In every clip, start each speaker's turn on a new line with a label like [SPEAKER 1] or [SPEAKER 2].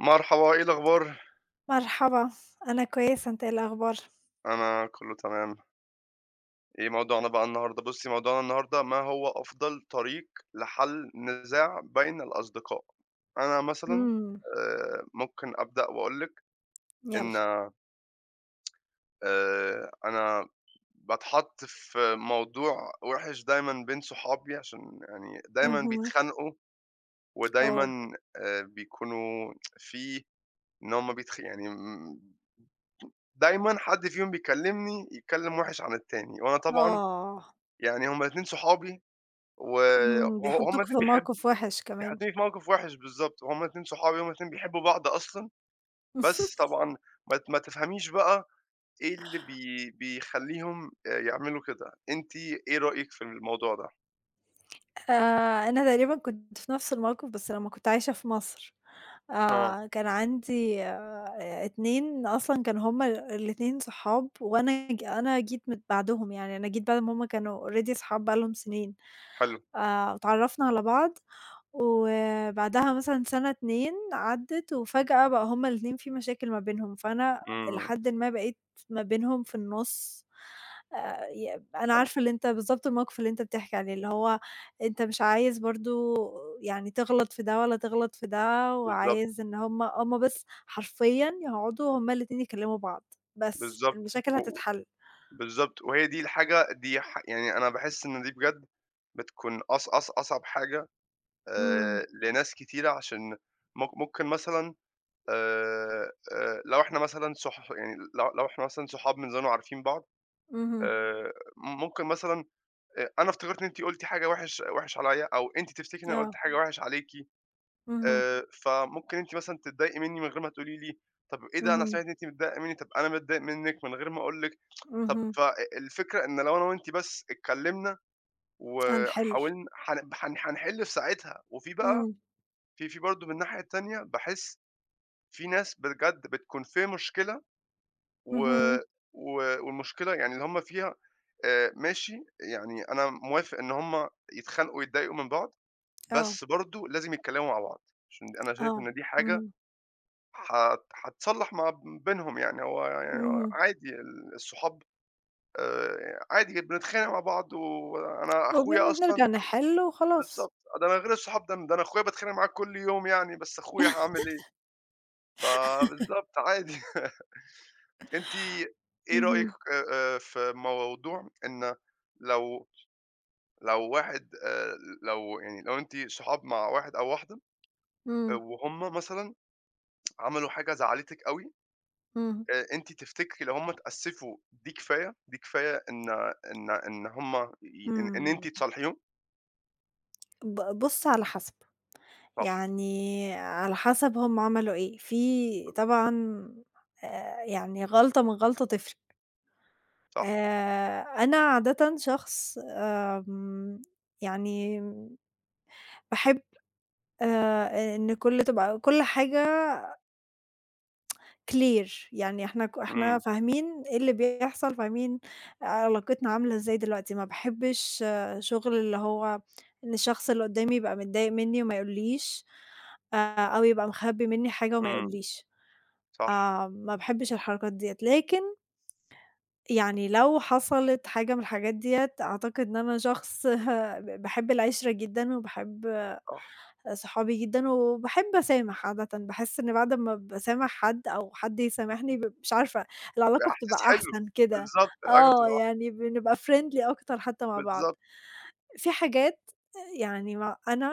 [SPEAKER 1] مرحبا، إيه الأخبار؟
[SPEAKER 2] مرحبا، أنا كويسة، أنت إيه الأخبار؟
[SPEAKER 1] أنا كله تمام. إيه موضوعنا بقى النهارده؟ بُصّي، موضوعنا النهارده ما هو أفضل طريق لحل نزاع بين الأصدقاء؟ أنا مثلًا
[SPEAKER 2] إمم،
[SPEAKER 1] ممكن أبدأ وأقول لِك
[SPEAKER 2] يالّا.
[SPEAKER 1] إن أنا باتحط في موضوع وِحِش دايمًا بين صحابي عشان يعني دايمًا
[SPEAKER 2] اهم،
[SPEAKER 1] بيتخانقوا
[SPEAKER 2] أوه!
[SPEAKER 1] ودايمًا بيكونوا في إن هم بيتخ يعني دايمًا حد فيهم بيكلّمني يتكلّم وِحِش عن التاني وأنا طبعًا
[SPEAKER 2] آه،
[SPEAKER 1] يعني هُم الاتنين صحابي وه هُم
[SPEAKER 2] بيحطوك في
[SPEAKER 1] الاتنين بيحبوا،
[SPEAKER 2] موقف وِحِش
[SPEAKER 1] يعني
[SPEAKER 2] كمان.
[SPEAKER 1] حاطينّي في موقف وِحِش بالضبط، هُم الاتنين صحابي، هُم الاتنين بيحبوا بعض أصلًا، بس طبعًا ما تفهميش بقى إيه اللي بيخلّيهم يعملوا كده، أنتِ إيه رأيِك في الموضوع ده؟
[SPEAKER 2] أنا تقريبًا كنت في نفس الموقف بس لمّا كنت عايشة في مصر،
[SPEAKER 1] آه،
[SPEAKER 2] كان عندي 2 أصلًا كانوا هُم الاتنين صحاب وأنا ج أنا جيت من بعدهم، يعني أنا جيت بعد ما هُم كانوا already صحاب بقى لهم سنين،
[SPEAKER 1] حلو،
[SPEAKER 2] اتعرّفنا على بعض وبعدها مثلًا سَنة 2 عدّت وفجأة بقى هُم الاتنين في مشاكل ما بينهم، فأنا إلى
[SPEAKER 1] إمم،
[SPEAKER 2] حدٍ ما بقيت ما بينهم في النُص، ي أنا
[SPEAKER 1] حلو،
[SPEAKER 2] عارفة اللي أنت بالضبط الموقف اللي أنت بتحكي عليه، اللي هو أنت مش عايز برضه يعني تغلط في ده ولا تغلط في ده،
[SPEAKER 1] بالضبط،
[SPEAKER 2] وعايز إن هُم بس حرفيًا يقعدوا هُم الاتنين يكلموا بعض، بس
[SPEAKER 1] بالضبط،
[SPEAKER 2] المشاكل
[SPEAKER 1] و و
[SPEAKER 2] هتتحل.
[SPEAKER 1] بالضبط، وهي دي الحاجة دي يعني أنا باحس إن دي بجد بتكون أص أص أصعب حاجة
[SPEAKER 2] إمم،
[SPEAKER 1] لناس كتيرة عشان ممكن مثلًا آآ لو إحنا مثلًا صح يعني لو إحنا مثلًا صحاب من زمان وعارفين بعض،
[SPEAKER 2] اهم،
[SPEAKER 1] ممكن مثلًا أنا افتكرت إن أنتِ قُلتِ حاجة وِحِش وِحِش عليّا أو أنتِ تفتكري إن أنا قُلت
[SPEAKER 2] آه،
[SPEAKER 1] حاجة وِحِش عليكِ،
[SPEAKER 2] اهم،
[SPEAKER 1] فممكن أنتِ مثلًا تتضايقي منّي من غير ما تقولي لي، طَب إيه ده أنا
[SPEAKER 2] اهم،
[SPEAKER 1] سمعت إن أنتِ متضايقة منّي، طَب أنا متضايق منِّك من غير ما أقول لِك، طَب
[SPEAKER 2] اهم،
[SPEAKER 1] الفكرة إن لو أنا وأنتِ بس اتكلّمنا
[SPEAKER 2] هنحل،
[SPEAKER 1] وحاولن هن هن هنحِل في ساعتها، وفي بقى
[SPEAKER 2] إمم،
[SPEAKER 1] في برضه من الناحية التانية باحس في ناس بجد بتكون في مشكلة و
[SPEAKER 2] اهم،
[SPEAKER 1] و والمشكلة يعني اللي هُم فيها ماشي، يعني أنا موافق إن هُم يتخانقوا ويتضايقوا من بعض،
[SPEAKER 2] آه،
[SPEAKER 1] بس برضه لازم يتكلموا مع بعض، عشان أنا شايف
[SPEAKER 2] آه،
[SPEAKER 1] إن دي حاجة
[SPEAKER 2] اهم،
[SPEAKER 1] هتصلّح ما بينهم يعني، هو يعني هو
[SPEAKER 2] اهم،
[SPEAKER 1] عادي الصحاب عادي بنتخانق مع بعض وأنا أخويا
[SPEAKER 2] وبن
[SPEAKER 1] أصلًا
[SPEAKER 2] بنرجع نحل وخلاص.
[SPEAKER 1] بالضبط، ده أنا غير الصحاب ده، ده أنا أخويا باتخانق معاه كل يوم يعني، بس أخويا هاعمل إيه؟ فبالضبط عادي. أنتِ إيه رأيِك
[SPEAKER 2] اهم،
[SPEAKER 1] في موضوع إن لو لو واحد لو أنتِ صحاب مع واحد أو واحدة آه،
[SPEAKER 2] إمم،
[SPEAKER 1] وهُم مثلًا عملوا حاجة زعّلتِك أوي،
[SPEAKER 2] إمم،
[SPEAKER 1] أنتِ تفتكري لو هُم اتأسفوا دي كفاية، إن إن إن هُم ي إن إن
[SPEAKER 2] إمم،
[SPEAKER 1] أنتِ تصالحيهم؟
[SPEAKER 2] بُص على حسب.
[SPEAKER 1] صح،
[SPEAKER 2] يعني على حسب هم عملوا إيه، في طبعًا يعني غلطة من غلطة تفرق،
[SPEAKER 1] صح،
[SPEAKER 2] أنا عادةً شخص يعني باحب إن تبقى كل حاجة clear يعني إحنا
[SPEAKER 1] إمم،
[SPEAKER 2] فاهمين إيه اللي بيحصل، فاهمين علاقتنا عاملة إزاي دلوقتي، ما باحبش شغل اللي هو إن الشخص اللي قدامي يبقى متضايق مني وما يقوليش، آآ أو يبقى مخبي مني حاجة وما
[SPEAKER 1] إمم،
[SPEAKER 2] يقوليش.
[SPEAKER 1] صح،
[SPEAKER 2] ما باحبش الحركات ديّة، لكن يعني لو حصلت حاجة من الحاجات ديّة أعتقد إن أنا شخص باحب العِشرة جدًا وباحب
[SPEAKER 1] صح،
[SPEAKER 2] صحابي جدًا وباحب أسامح عادةً، باحس إن بعد ما باسامح حد أو حد يسامحني مش عارفة العلاقة
[SPEAKER 1] إحساس
[SPEAKER 2] بتبقى
[SPEAKER 1] حلو،
[SPEAKER 2] أحسن كده،
[SPEAKER 1] بالضبط، العلاقة
[SPEAKER 2] آه،
[SPEAKER 1] بتبقى
[SPEAKER 2] يعني بنبقى friendly أكتر حتى مع بعض.
[SPEAKER 1] بالضبط،
[SPEAKER 2] في حاجات يعني ما أنا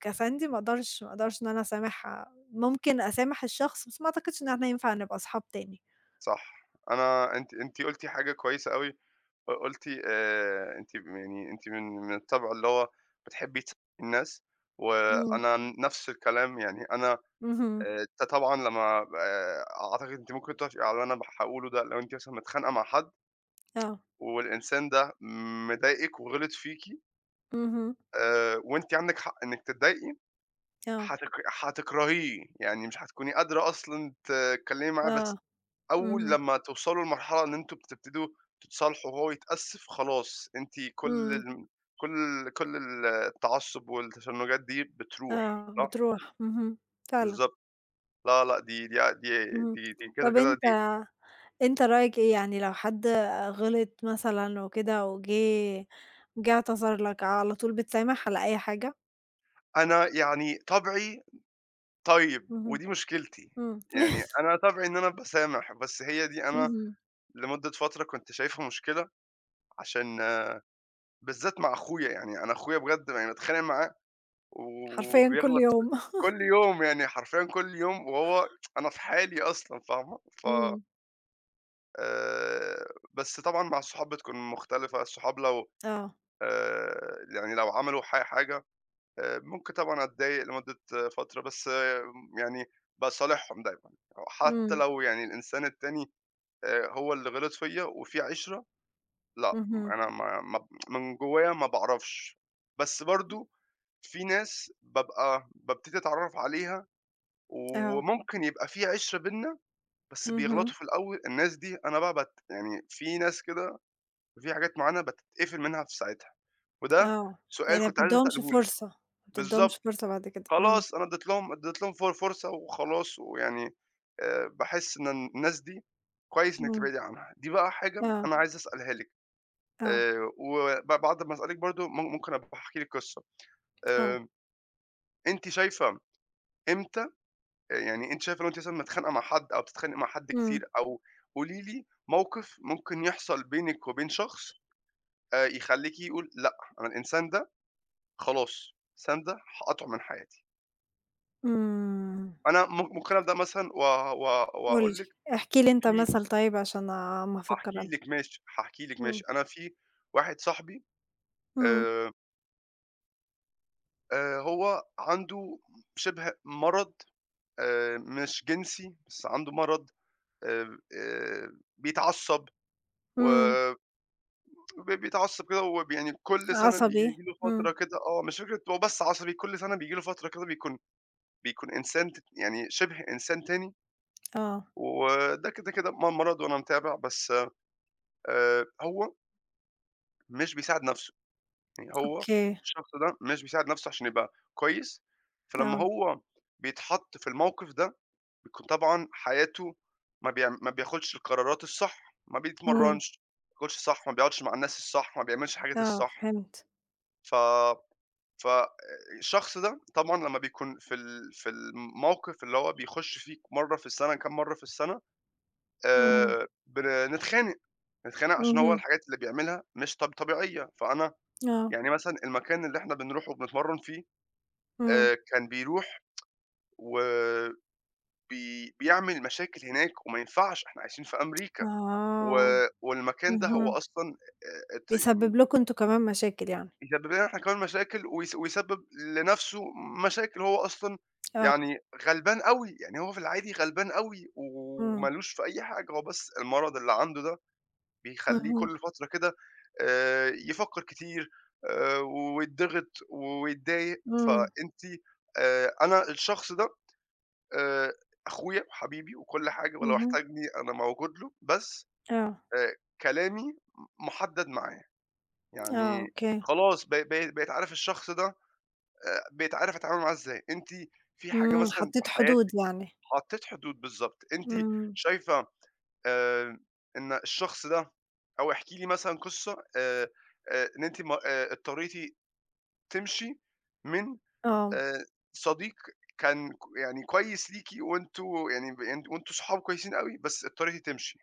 [SPEAKER 2] كساندي ما أقدرش إن أنا أسامحها، ممكن أسامح الشخص بس ما أعتقدش إن إحنا ينفع نبقى صحاب تاني.
[SPEAKER 1] صح، أنا أنتِ أنتِ قُلتِ حاجة كويسة أوي. قُلتِ أنتِ م يعني أنتِ من الطبع اللي هو بتحبّي تساعدي الناس،
[SPEAKER 2] إمم.
[SPEAKER 1] وأنا نفس الكلام يعني أنا
[SPEAKER 2] اهم،
[SPEAKER 1] ط طبعًا لمّا ب أعتقد أنتِ ممكن توافقي على اللي أنا هاقوله ده، لو أنتِ مثلًا متخانقة مع حد
[SPEAKER 2] آه،
[SPEAKER 1] والإنسان ده مضايقِك وغِلط فيكِ
[SPEAKER 2] اهم،
[SPEAKER 1] وأنتِ عندِك حق إنِّك تتضايقي،
[SPEAKER 2] آه،
[SPEAKER 1] هتك هتكرهيه، يعني مش هتكوني قادرة أصلًا تتكلّمي معاه
[SPEAKER 2] آه،
[SPEAKER 1] بس أول
[SPEAKER 2] اهم،
[SPEAKER 1] لمّا توصلوا لمرحلة إن أنتم بتبتدوا تتصالحوا وهو يتأسف خلاص، أنتِ
[SPEAKER 2] إمم،
[SPEAKER 1] كل التعصب والتشنجات دي بتروح،
[SPEAKER 2] آه،
[SPEAKER 1] صح؟
[SPEAKER 2] بتروح، اهم، فعلًا،
[SPEAKER 1] بالضبط. لا، لأ، دي دي ع دي
[SPEAKER 2] اهم،
[SPEAKER 1] دي دي كده،
[SPEAKER 2] طَب
[SPEAKER 1] كده
[SPEAKER 2] أنت
[SPEAKER 1] دي
[SPEAKER 2] أنت رأيك إيه يعني لو حد غلط مثلًا وكده جه اعتذر لك، على طول بتسامح على أي حاجة؟
[SPEAKER 1] أنا يعني طبعي طيب
[SPEAKER 2] اهم،
[SPEAKER 1] ودي مشكلتي،
[SPEAKER 2] اهم،
[SPEAKER 1] يعني أنا طبعي إن أنا باسامح، بس هي دي أنا لمدة فترة كنت شايفها مشكلة عشان آه، بالذات مع أخويا، يعني أنا أخويا بجد يعني باتخانق معاه
[SPEAKER 2] حرفيًا كل
[SPEAKER 1] وبيغلط
[SPEAKER 2] يوم،
[SPEAKER 1] كل يوم، يعني حرفيًا كل يوم وهو أنا في حالي أصلًا فاهمة؟ ف
[SPEAKER 2] إمم،
[SPEAKER 1] بس طبعًا مع الصحاب بتكون مختلفة، الصحاب لو
[SPEAKER 2] آه،
[SPEAKER 1] آآ، يعني لو عملوا حاجة ممكن طبعًا أتضايق لمدة آه، فترة، بس آه، يعني باصالحهم دايمًا، حتى
[SPEAKER 2] إمم،
[SPEAKER 1] لو يعني الإنسان التاني هو اللي غلط فيّا وفي عِشرة لأ،
[SPEAKER 2] اهم،
[SPEAKER 1] أنا ما ما من جوايا ما باعرفش، بس برضه في ناس بابتدي أتعرّف عليها
[SPEAKER 2] آه،
[SPEAKER 1] وممكن يبقى في عِشرة بيننا، بس
[SPEAKER 2] اهم،
[SPEAKER 1] بيغلطوا في الأول الناس دي أنا بقى يعني في ناس كده وفي حاجات معيّنة باتقفل منها في ساعتها، وده
[SPEAKER 2] آه، يعني
[SPEAKER 1] سؤال
[SPEAKER 2] ما
[SPEAKER 1] كنت عايز
[SPEAKER 2] بتدّيهمش
[SPEAKER 1] أسأله لِك،
[SPEAKER 2] فرصة، ما بتدّيهمش
[SPEAKER 1] بالضبط،
[SPEAKER 2] فرصة بعد كده، إمم،
[SPEAKER 1] خلاص أنا ادّيت لهم فرصة وخلاص ويعني باحس إن الناس دي كويس إنِّك
[SPEAKER 2] إمم،
[SPEAKER 1] تبعدي عنها، دي بقى حاجة
[SPEAKER 2] آه،
[SPEAKER 1] أنا عايز أسألها لِك
[SPEAKER 2] آه،
[SPEAKER 1] بعد ما أسألِك برضه ممكن أبقى أحكي لِك قصة،
[SPEAKER 2] آه.
[SPEAKER 1] آآ أنتِ شايفة إمتى يعني أنتِ شايفة لو أنتِ مثلًا متخانقة مع حد أو بتتخانقي مع حد
[SPEAKER 2] إمم،
[SPEAKER 1] كتير أو قولي لي موقِف ممكن يحصل بينِك وبين شخص يخلّيكِ يقول لأ، أنا الإنسان ده خلاص، الإنسان ده هاقاطعه من حياتي.
[SPEAKER 2] إمم،
[SPEAKER 1] أنا ممكن أبدأ مثلًا و و
[SPEAKER 2] قُل
[SPEAKER 1] وأقول لِك
[SPEAKER 2] لي، احكِ لي أنت
[SPEAKER 1] في
[SPEAKER 2] طيب عشان أمّا أفكّر أنا.
[SPEAKER 1] هاحكي لِك
[SPEAKER 2] إمم،
[SPEAKER 1] ماشي. أنا في واحد صاحبي
[SPEAKER 2] إمم،
[SPEAKER 1] آآ هو عنده شِبه مرض مش جنسي، بس عنده مرض بيتعصّب و
[SPEAKER 2] إمم،
[SPEAKER 1] بيتعصب كده يعني كل سنة
[SPEAKER 2] عصبي،
[SPEAKER 1] بييجي له
[SPEAKER 2] إمم،
[SPEAKER 1] فترة كده مش فكرة هو بس عصبي، كل سنة بييجي له فترة كده بيكون إنسان ت يعني شِبه إنسان تاني،
[SPEAKER 2] آه،
[SPEAKER 1] وده كده، كده مرض وأنا متابع، بس هو مش بيساعد نَفْسه، يعني هو
[SPEAKER 2] أوكي،
[SPEAKER 1] الشخص ده مش بيساعد نَفْسه عشان يبقى كويس، فلمّا
[SPEAKER 2] آه،
[SPEAKER 1] هو بيتحط في الموقف ده، بيكون طبعًا حياته ما بياخدش القرارات الصح، ما
[SPEAKER 2] إمم،
[SPEAKER 1] بيتمرّنش، ما بياكلش صح، ما بيقعدش مع الناس الصح، ما بيعملش الحاجات
[SPEAKER 2] آه،
[SPEAKER 1] الصح،
[SPEAKER 2] فهمت،
[SPEAKER 1] ف فالشخص ده طبعًا لمّا بيكون في في الموقف اللي هو بيخش فيك مرّة في السَنة، كام مرّة في السَنة،
[SPEAKER 2] اهم،
[SPEAKER 1] آآ بنتخانق، بنتخانق عشان هو
[SPEAKER 2] اهم،
[SPEAKER 1] الحاجات اللي بيعملها مش طبيعية، فأنا
[SPEAKER 2] آه،
[SPEAKER 1] يعني مثلًا المكان اللي إحنا بنروحه وبنتمرّن فيه
[SPEAKER 2] إمم،
[SPEAKER 1] كان بيروح وبي بيعمل مشاكل هناك وما ينفعش، إحنا عايشين في أمريكا و
[SPEAKER 2] آه،
[SPEAKER 1] والمكان ده هو
[SPEAKER 2] اهم،
[SPEAKER 1] أصلًا ات يعني
[SPEAKER 2] بيسبب لكم أنتم كمان مشاكل يعني،
[SPEAKER 1] يسبب لنا إحنا كمان مشاكل ويسبب لنَفْسه مشاكل، هو أصلًا
[SPEAKER 2] آه،
[SPEAKER 1] يعني غلبان أوي، يعني هو في العادي غلبان أوي وما
[SPEAKER 2] إمم،
[SPEAKER 1] لوش في أي حاجة، هو بس المرض اللي عنده ده بيخلّيه
[SPEAKER 2] اهم،
[SPEAKER 1] كل فترة كده يفكّر كتير آآ ويتضغط ويتضايق،
[SPEAKER 2] إمم،
[SPEAKER 1] فأنتِ أنا الشخص ده آآ أخويا وحبيبي وكل حاجة ولو
[SPEAKER 2] اهم،
[SPEAKER 1] احتاجني أنا موجود له، بس
[SPEAKER 2] آه،
[SPEAKER 1] آآ كلامي محدّد معاه،
[SPEAKER 2] آه،
[SPEAKER 1] يعني
[SPEAKER 2] أوكي،
[SPEAKER 1] خلاص ب ب بقيت عارف الشخص ده بقيت عارف أتعامل معاها إزاي، أنتِ في حاجة مثلًا في
[SPEAKER 2] حطّيت حدود
[SPEAKER 1] حياتِك
[SPEAKER 2] يعني،
[SPEAKER 1] حطيتِ حدود بالضبط، أنتِ
[SPEAKER 2] إمم،
[SPEAKER 1] شايفة آآ إن الشخص ده أو احكي لي مثلًا قصة إن أنتِ م اضطريتِ تمشي من
[SPEAKER 2] آه،
[SPEAKER 1] آآ صديق كان يعني كويس ليكِ وأنتم يعني ب يعني وأنتم صحاب كويسين أوي، بس اضطريتِ تمشي.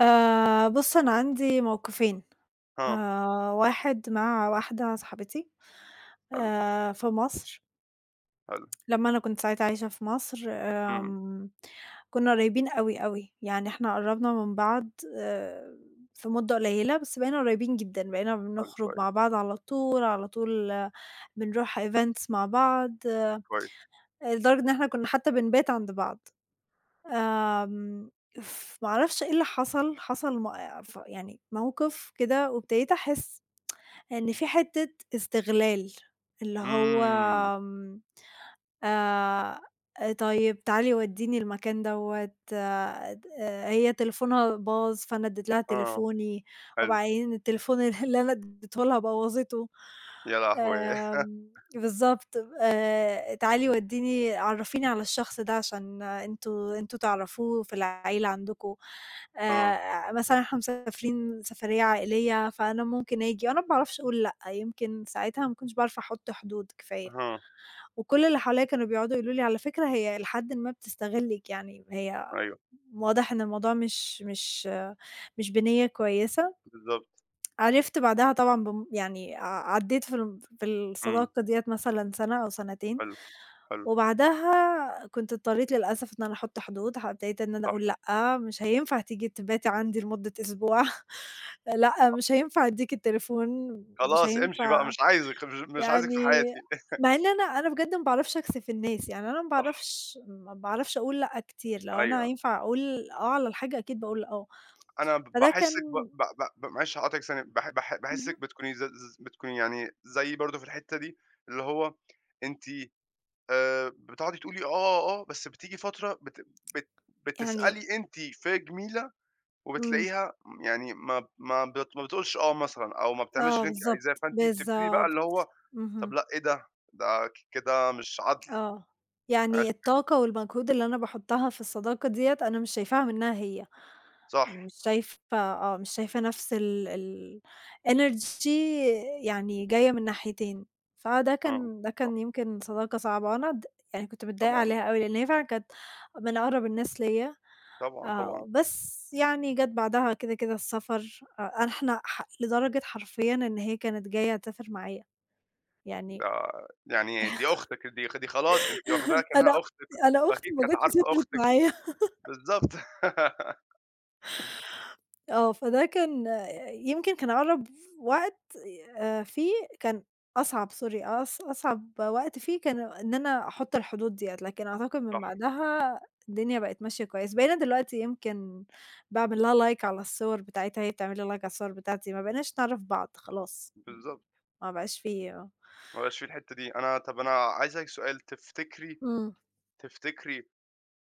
[SPEAKER 2] بُص أنا عندي موقفين.
[SPEAKER 1] ها،
[SPEAKER 2] واحد مع واحدة صاحبتي
[SPEAKER 1] حلو،
[SPEAKER 2] في مصر،
[SPEAKER 1] حلو،
[SPEAKER 2] لمّا أنا كنت ساعتها عايشة في مصر
[SPEAKER 1] إمم،
[SPEAKER 2] كُنّا قريبين أوي، أوي، يعني إحنا قرّبنا من بعض آآ في مدة قليلة، بس بقينا قريبين جدًا، بقينا
[SPEAKER 1] حلو
[SPEAKER 2] بنخرج مع
[SPEAKER 1] كويس،
[SPEAKER 2] بعض على طول، على طول آه، بنروح events مع بعض، آه،
[SPEAKER 1] كويس.
[SPEAKER 2] لدرجة إن إحنا كُنّا حتى بنبات عند بعض. آمم، ما أعرفش إيه اللي حصل، حصل م ف يعني موقف كده وابتديت أحس إن في حتّة استغلال، اللي هو
[SPEAKER 1] إمم،
[SPEAKER 2] آآ طيب تعالي ودّيني المكان دوّة د آه، هي تليفونها باظ فأنا ادّيت لها
[SPEAKER 1] آه،
[SPEAKER 2] تليفوني،
[SPEAKER 1] حلو،
[SPEAKER 2] وبعدين التليفون اللي أنا ادّيته لها بوّظته.
[SPEAKER 1] يا لهوي!
[SPEAKER 2] آمم بالضبط، تعالي عرّفيني على الشخص ده عشان أنتم تعرفوه في العيلة عندكم.
[SPEAKER 1] آه،
[SPEAKER 2] مثلًا إحنا مسافرين سفرية عائلية، فأنا ممكن آجي وأنا ما باعرفش أقول لأ، يمكن ساعتها ما كنتش باعرف أحُط حدود كفاية.
[SPEAKER 1] أها،
[SPEAKER 2] وكل اللي حواليّا كانوا بيقعدوا يقولوا لي: "على فكرة هي إلى حدٍ ما بتستغلِّك، يعني هي
[SPEAKER 1] أيوه،
[SPEAKER 2] واضح إن الموضوع مش بنيّة كويسة."
[SPEAKER 1] بالضبط،
[SPEAKER 2] عرفت بعدها طبعًا يعني عدّيت في
[SPEAKER 1] إمم.
[SPEAKER 2] الصداقة ديّة مثلًا سَنة أو سَنتين،
[SPEAKER 1] حلو، حلو،
[SPEAKER 2] وبعدها كنت اضطريت للأسف إن أنا أحُط حدود، ابتديت إن أنا
[SPEAKER 1] صح.
[SPEAKER 2] أقول لأ، مش هينفع تيجي تباتي عندي لمدة أسبوع، لأ مش هينفع أدّيك التليفون، مش
[SPEAKER 1] خلاص امشي بقى
[SPEAKER 2] هينفع
[SPEAKER 1] مش عايزِك، مش عايزِك في
[SPEAKER 2] يعني
[SPEAKER 1] حياتي.
[SPEAKER 2] مع إن أنا بجد ما باعرفش أكسف الناس، يعني أنا ما
[SPEAKER 1] صح،
[SPEAKER 2] باعرفش ما باعرفش أقول لأ كتير، لو أنا
[SPEAKER 1] أيوه.
[SPEAKER 2] ينفع أقول آه على الحاجة أكيد باقول آه،
[SPEAKER 1] أنا
[SPEAKER 2] فده
[SPEAKER 1] باحسِّك ب
[SPEAKER 2] كان
[SPEAKER 1] ب ب معلش هاقاطعِك ثانية،
[SPEAKER 2] اهم،
[SPEAKER 1] باحسِّك بتكوني ز ز بتكوني يعني زيي برضه في الحتّة دي، اللي هو أنتِ بتقعدي تقولي آه، آه، آه، بس بتيجي فترة بت بت
[SPEAKER 2] يعني
[SPEAKER 1] بتسألي أنتِ في جميلة
[SPEAKER 2] إمم،
[SPEAKER 1] وبتلاقيها يعني ما بتقولش آه مثلًا أو ما بتعملش
[SPEAKER 2] آه
[SPEAKER 1] اللي أنتِ
[SPEAKER 2] بالضبط،
[SPEAKER 1] عايزاه، فأنتِ بتبتدي بقى
[SPEAKER 2] بالضبط،
[SPEAKER 1] اللي هو طب
[SPEAKER 2] اهم.
[SPEAKER 1] لأ، إيه ده؟ ده كده مش عدْل.
[SPEAKER 2] آه. يعني
[SPEAKER 1] ماشي،
[SPEAKER 2] الطاقة والمجهود اللي أنا باحُطّها في الصداقة ديّة أنا مش شايفاها منّها هي.
[SPEAKER 1] صح،
[SPEAKER 2] مش شايفة آه. مش شايفة نفس ال الenergy يعني جاية من ناحيتين. فده
[SPEAKER 1] آه.
[SPEAKER 2] كان ده كان يمكن صداقة صعبة وأنا د يعني كنت متضايقة
[SPEAKER 1] طبعًا،
[SPEAKER 2] عليها أوي لإن هي فعلًا كانت من أقرب الناس ليّا.
[SPEAKER 1] طبعًا، طبعًا.
[SPEAKER 2] آه. بس يعني جات بعدها كده، كده السفر. أ إحنا ح لدرجة حرفيًا إن هي كانت جاية تسافر معايا. يعني
[SPEAKER 1] ده يعني دي أختِك دي خلاص أنتِ واخداها
[SPEAKER 2] أنا
[SPEAKER 1] كأنها
[SPEAKER 2] أختي
[SPEAKER 1] أختِك،
[SPEAKER 2] أنا أختي
[SPEAKER 1] وأكيد
[SPEAKER 2] ما
[SPEAKER 1] كانت
[SPEAKER 2] جاتش
[SPEAKER 1] عارفة
[SPEAKER 2] سافرت
[SPEAKER 1] أختِك
[SPEAKER 2] معايا.
[SPEAKER 1] بالضبط.
[SPEAKER 2] آه، فده كان يمكن كان أقرب وقت فيه كان أصعب sorry أص أصعب وقت فيه كان إن أنا أحط الحدود ديّة، لكن أعتقد من
[SPEAKER 1] صح،
[SPEAKER 2] بعدها الدنيا بقت ماشية كويس، بقينا دلوقتي يمكن باعمل لها like على الصور بتاعتها، هي بتعمل لي like على الصور بتاعتي، ما بقيناش نعرف بعض خلاص،
[SPEAKER 1] بالضبط.
[SPEAKER 2] ما بقاش في آه.
[SPEAKER 1] ما بقاش في الحتّة دي. أنا طَب أنا عايز أسألِك سؤال،
[SPEAKER 2] إمم،
[SPEAKER 1] تفتكري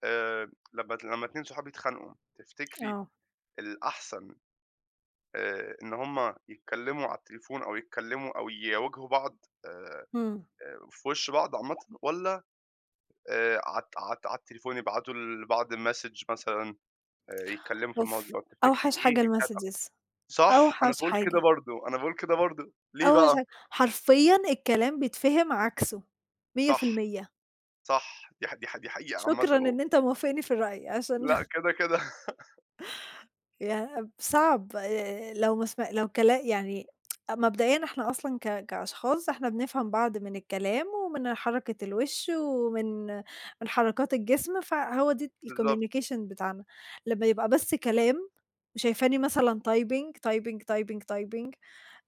[SPEAKER 1] لمّا 2 صحاب يتخانقوا، تفتكري
[SPEAKER 2] آه،
[SPEAKER 1] الأحسن إن هم يتكلّموا على التليفون أو يتكلّموا أو يواجهوا بعض آآ
[SPEAKER 2] إمم،
[SPEAKER 1] في وِش بعض عامةً والّا على التليفون يبعتوا لبعض message مثلًا؟ يتكلموا في
[SPEAKER 2] أوف!
[SPEAKER 1] الموضوع، تفتكري
[SPEAKER 2] أوحش حاجة
[SPEAKER 1] إيه بيساعد أكتر؟
[SPEAKER 2] الMessages
[SPEAKER 1] صح،
[SPEAKER 2] أوحش حاجة.
[SPEAKER 1] أنا باقول كده برضه، ليه
[SPEAKER 2] أو
[SPEAKER 1] بقى؟
[SPEAKER 2] عشان حرفيًا الكلام بيتفهم عكسه
[SPEAKER 1] صح،
[SPEAKER 2] 100%
[SPEAKER 1] صح، دي حقيقة عامةً
[SPEAKER 2] شكرًا إن أنت موافقني في الرأي عشان
[SPEAKER 1] لأ كده، كده
[SPEAKER 2] صعب لو ما سم لو كلا يعني مبدئيًا إحنا أصلًا كأشخاص إحنا بنفهم بعض من الكلام ومن حركة الوش ومن حركات الجسم، فهو دي
[SPEAKER 1] بالضبط،
[SPEAKER 2] الcommunication بتاعنا. لمّا يبقى بس كلام وشايفاني مثلًا typing، typing، typing، typing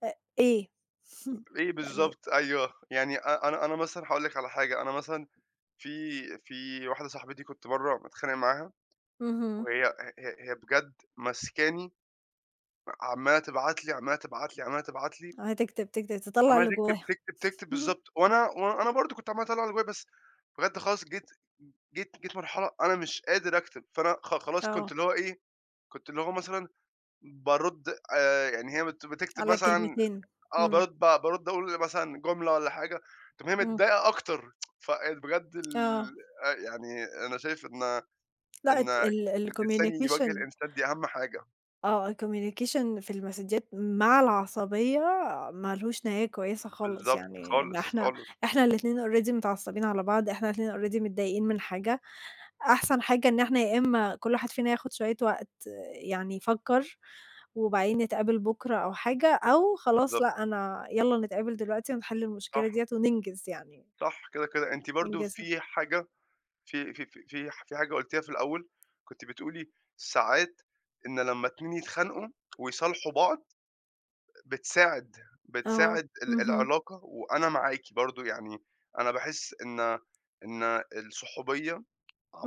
[SPEAKER 2] إيه؟
[SPEAKER 1] إيه
[SPEAKER 2] يعني
[SPEAKER 1] بالضبط، أيوه، يعني أ أنا أنا مثلًا هاقول لِك على حاجة، أنا مثلًا في في واحدة صاحبتي كنت مرّة متخانق معاها
[SPEAKER 2] اهم،
[SPEAKER 1] وهي ه هي هي بجد ماسكاني عمّالة تبعت لي، عمّالة تبعت لي، عمّالة تبعت لي
[SPEAKER 2] هتكتب، تكتب، تطلّع
[SPEAKER 1] عمّال
[SPEAKER 2] اللي جواك.
[SPEAKER 1] تكتب، تكتب، تكتب
[SPEAKER 2] اهم،
[SPEAKER 1] بالضبط، وأنا برضه كنت عمّال أطلّع اللي جوايا، بس بجد خلاص جيت مرحلة أنا مش قادر أكتب، فأنا خلاص
[SPEAKER 2] آه،
[SPEAKER 1] كنت اللي هو مثلًا بارُد يعني هي بتكتب
[SPEAKER 2] على
[SPEAKER 1] مثلًا
[SPEAKER 2] كلمتين، إمم،
[SPEAKER 1] بارُد بارُد أقول مثلًا جملة والّا حاجة، تقوم هي
[SPEAKER 2] إمم،
[SPEAKER 1] متضايقة أكتر، فبجد ال
[SPEAKER 2] آه،
[SPEAKER 1] يعني أنا شايف إن
[SPEAKER 2] لأ
[SPEAKER 1] إن
[SPEAKER 2] ات ال
[SPEAKER 1] الإنسان يواجه
[SPEAKER 2] الcommunication
[SPEAKER 1] الإنسان دي أهم حاجة،
[SPEAKER 2] آه، الcommunication في المسدجات مع العصبية ما لهوش نهاية كويسة خالص،
[SPEAKER 1] بالضبط،
[SPEAKER 2] يعني إن
[SPEAKER 1] خالص،
[SPEAKER 2] إحنا
[SPEAKER 1] خالص،
[SPEAKER 2] إحنا الاتنين already متعصبين على بعض، إحنا الاتنين already متضايقين من حاجة، أحسن حاجة إن إحنا يا إما كل واحد فينا ياخد شوية وقت يعني يفكّر، وبعدين نتقابل بُكرة أو حاجة، أو خلاص
[SPEAKER 1] بالضبط،
[SPEAKER 2] لأ أنا يالّا نتقابل دلوقتي ونحل المشكلة
[SPEAKER 1] صح،
[SPEAKER 2] ديّة وننجز يعني،
[SPEAKER 1] صح، كده، كده. أنتِ برضه
[SPEAKER 2] ننجزها.
[SPEAKER 1] في حاجة في حاجة قُلتيها في الأول، كنتِ بتقولي ساعات إن لمّا 2 يتخانقوا ويصالحوا بعض بتساعد
[SPEAKER 2] آه،
[SPEAKER 1] بتساعد
[SPEAKER 2] اهم،
[SPEAKER 1] العلاقة وأنا معاكِ برضه، يعني أنا باحس إن الصحوبية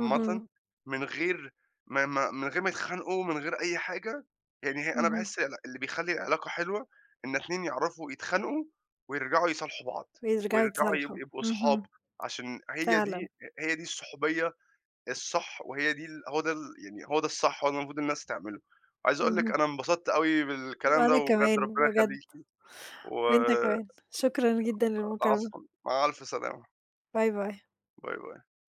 [SPEAKER 2] اهم،
[SPEAKER 1] من غير ما ما من غير ما يتخانقوا، من غير أي حاجة، يعني هي أنا
[SPEAKER 2] اهم،
[SPEAKER 1] باحس اللي بيخلّي العلاقة حلوة إن 2 يعرفوا يتخانقوا ويرجعوا يصالحوا بعض،
[SPEAKER 2] ويرجعوا
[SPEAKER 1] ويرجعوا
[SPEAKER 2] يتصالحوا،
[SPEAKER 1] يبقوا صحاب،
[SPEAKER 2] اهم،
[SPEAKER 1] عشان
[SPEAKER 2] فعلًا،
[SPEAKER 1] هي دي الصحوبية الصح وهي دي ال هو ده ال يعني هو ده الصح، هو ده المفروض الناس تعمله. عايز أقول لِك
[SPEAKER 2] اهم،
[SPEAKER 1] أنا انبسطت أوي بالكلام ده
[SPEAKER 2] وأنا
[SPEAKER 1] وبجد
[SPEAKER 2] كمان
[SPEAKER 1] ربنا
[SPEAKER 2] بجد،
[SPEAKER 1] يخليكِ،
[SPEAKER 2] وأنت
[SPEAKER 1] وعفوًا،
[SPEAKER 2] كمان، شكرًا جدًا للمكالمة،
[SPEAKER 1] مع ألف سلامة،
[SPEAKER 2] باي باي.
[SPEAKER 1] باي باي.